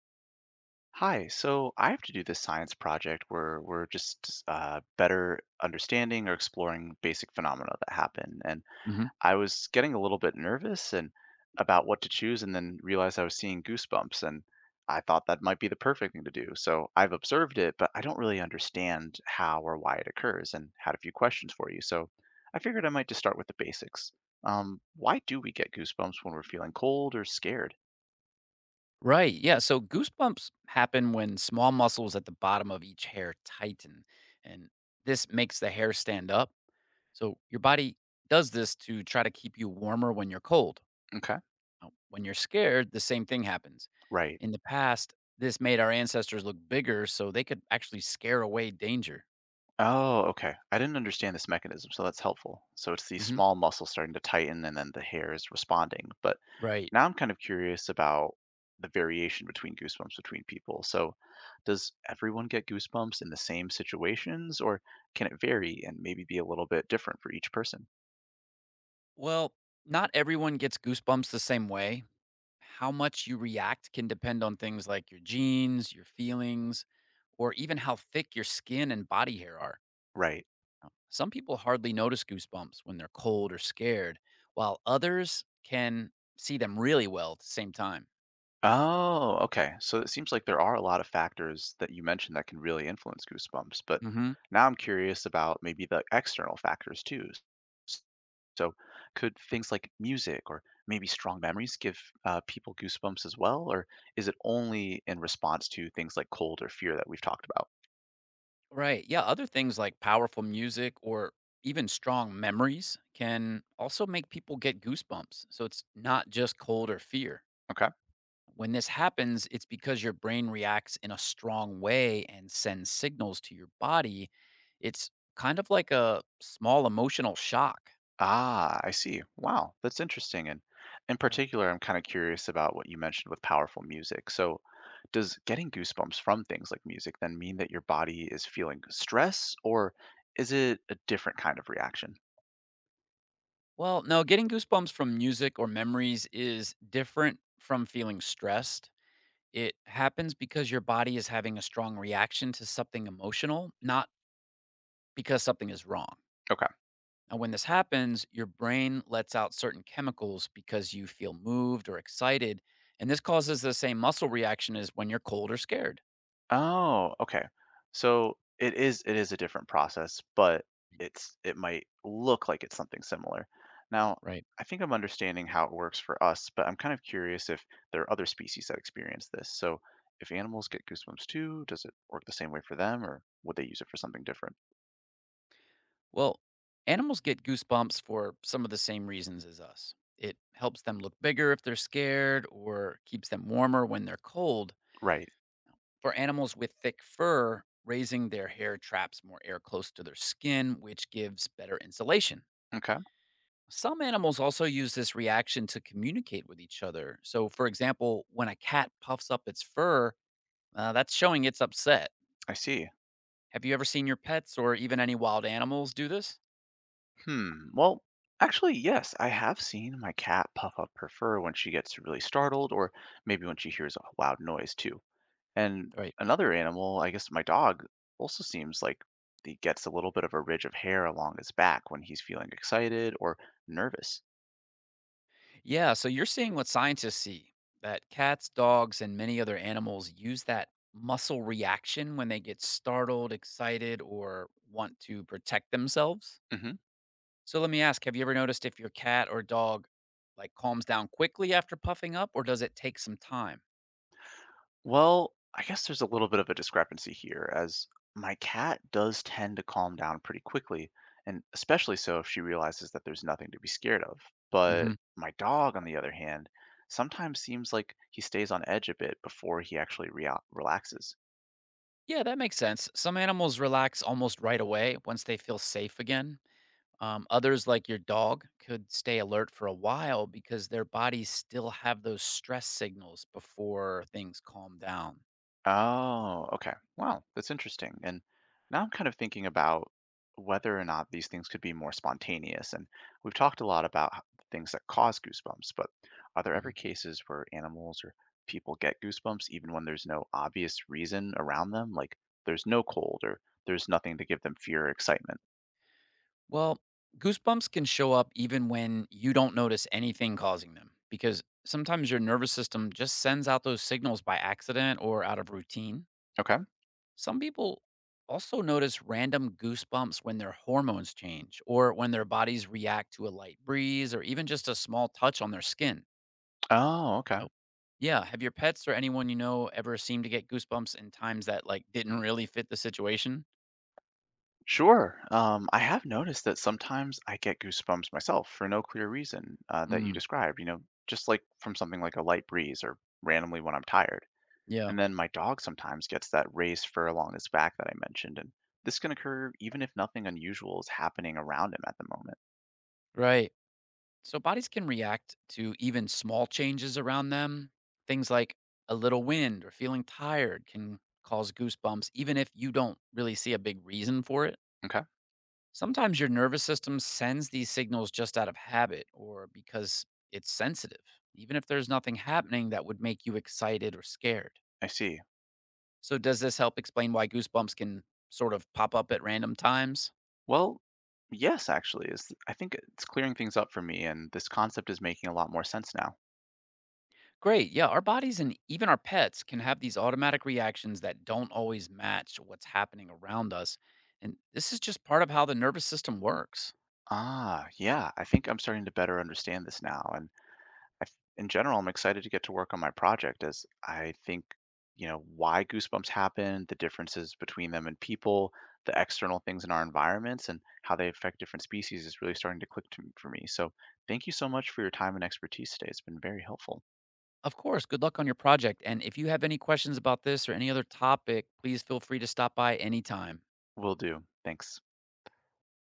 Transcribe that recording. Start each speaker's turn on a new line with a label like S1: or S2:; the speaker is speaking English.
S1: Hi, so I have to do this science project where we're just better understanding or exploring basic phenomena that happen. And
S2: Mhm.
S1: I was getting a little bit nervous and about what to choose, and then realized I was seeing goosebumps, and I thought that might be the perfect thing to do. So I've observed it, but I don't really understand how or why it occurs, and had a few questions for you. So I figured I might just start with the basics. Why do we get goosebumps when we're feeling cold or scared?
S2: Right. Yeah. So goosebumps happen when small muscles at the bottom of each hair tighten, and this makes the hair stand up. So your body does this to try to keep you warmer when you're cold.
S1: Okay.
S2: Now, when you're scared, the same thing happens.
S1: Right.
S2: In the past, this made our ancestors look bigger so they could actually scare away danger.
S1: Oh, okay. I didn't understand this mechanism, so that's helpful. So it's these
S2: Hmm.
S1: small muscles starting to tighten and then the hair is responding. But
S2: Right.
S1: now I'm kind of curious about the variation between goosebumps between people. So does everyone get goosebumps in the same situations, or can it vary and maybe be a little bit different for each person?
S2: Well, not everyone gets goosebumps the same way. How much you react can depend on things like your genes, your feelings, or even how thick your skin and body hair are.
S1: Right.
S2: Some people hardly notice goosebumps when they're cold or scared, while others can see them really well at the same time.
S1: Oh, okay. So it seems like there are a lot of factors that you mentioned that can really influence goosebumps, but
S2: Hmm.
S1: now I'm curious about maybe the external factors too. So, could things like music or maybe strong memories give people goosebumps as well? Or is it only in response to things like cold or fear that we've talked about?
S2: Right. Yeah. Other things like powerful music or even strong memories can also make people get goosebumps. So it's not just cold or fear.
S1: Okay.
S2: When this happens, it's because your brain reacts in a strong way and sends signals to your body. It's kind of like a small emotional shock.
S1: Ah, I see. Wow, that's interesting. And in
S2: Yeah.
S1: particular, I'm kind of curious about what you mentioned with powerful music. So, does getting goosebumps from things like music then mean that your body is feeling stress, or is it a different kind of reaction?
S2: Well, no, getting goosebumps from music or memories is different from feeling stressed. It happens because your body is having a strong reaction to something emotional, not because something is wrong.
S1: Okay.
S2: And when this happens, your brain lets out certain chemicals because you feel moved or excited. And this causes the same muscle reaction as when you're cold or scared.
S1: Oh, okay. So it is a different process, but it might look like it's something similar. Now,
S2: Right.
S1: I think I'm understanding how it works for us, but I'm kind of curious if there are other species that experience this. So if animals get goosebumps too, does it work the same way for them, or would they use it for something different?
S2: Well, animals get goosebumps for some of the same reasons as us. It helps them look bigger if they're scared or keeps them warmer when they're cold.
S1: Right.
S2: For animals with thick fur, raising their hair traps more air close to their skin, which gives better insulation.
S1: Okay.
S2: Some animals also use this reaction to communicate with each other. So, for example, when a cat puffs up its fur, that's showing it's upset.
S1: I see.
S2: Have you ever seen your pets or even any wild animals do this?
S1: Hmm. Well, actually, yes, I have seen my cat puff up her fur when she gets really startled, or maybe when she hears a loud noise too. And
S2: Right.
S1: another animal, I guess my dog, also seems like he gets a little bit of a ridge of hair along his back when he's feeling excited or nervous.
S2: Yeah, so you're seeing what scientists see that cats, dogs, and many other animals use that muscle reaction when they get startled, excited, or want to protect themselves.
S1: Hmm.
S2: So let me ask, have you ever noticed if your cat or dog like calms down quickly after puffing up or does it take some time?
S1: Well, I guess there's a little bit of a discrepancy here, as my cat does tend to calm down pretty quickly, and especially so if she realizes that there's nothing to be scared of. But my dog, on the other hand, sometimes seems like he stays on edge a bit before he actually relaxes.
S2: Yeah, that makes sense. Some animals relax almost right away once they feel safe again. Others, like your dog, could stay alert for a while because their bodies still have those stress signals before things calm down.
S1: Oh, okay. Wow, that's interesting. And now I'm kind of thinking about whether or not these things could be more spontaneous. And we've talked a lot about things that cause goosebumps, but are there ever
S2: Mhm.
S1: cases where animals or people get goosebumps even when there's no obvious reason around them? Like, there's no cold or there's nothing to give them fear or excitement.
S2: Well, goosebumps can show up even when you don't notice anything causing them because sometimes your nervous system just sends out those signals by accident or out of routine.
S1: Okay.
S2: Some people also notice random goosebumps when their hormones change or when their bodies react to a light breeze or even just a small touch on their skin.
S1: Oh, okay.
S2: Oh, yeah. Have your pets or anyone you know ever seemed to get goosebumps in times that like didn't really fit the situation?
S1: Sure. I have noticed that sometimes I get goosebumps myself for no clear reason that you
S2: Mm,
S1: described, you know, just like from something like a light breeze or randomly when I'm tired.
S2: yeah.
S1: And then my dog sometimes gets that raised fur along his back that I mentioned. And this can occur even if nothing unusual is happening around him at the moment.
S2: Right. So bodies can react to even small changes around them. Things like a little wind or feeling tired can cause goosebumps, even if you don't really see a big reason for it.
S1: Okay.
S2: Sometimes your nervous system sends these signals just out of habit or because it's sensitive, even if there's nothing happening that would make you excited or scared.
S1: I see.
S2: So, does this help explain why goosebumps can sort of pop up at random times?
S1: Well, yes, actually, is I think it's clearing things up for me, and this concept is making a lot more sense now.
S2: Great. Yeah, our bodies and even our pets can have these automatic reactions that don't always match what's happening around us. And this is just part of how the nervous system works.
S1: Ah, yeah, I think I'm starting to better understand this now. And in general, I'm excited to get to work on my project as I think, you know, why goosebumps happen, the differences between them and people, the external things in our environments, and how they affect different species is really starting to click to, for me. So, thank you so much for your time and expertise today. It's been very helpful.
S2: Of course, good luck on your project. And if you have any questions about this or any other topic, please feel free to stop by anytime.
S1: Will do. Thanks.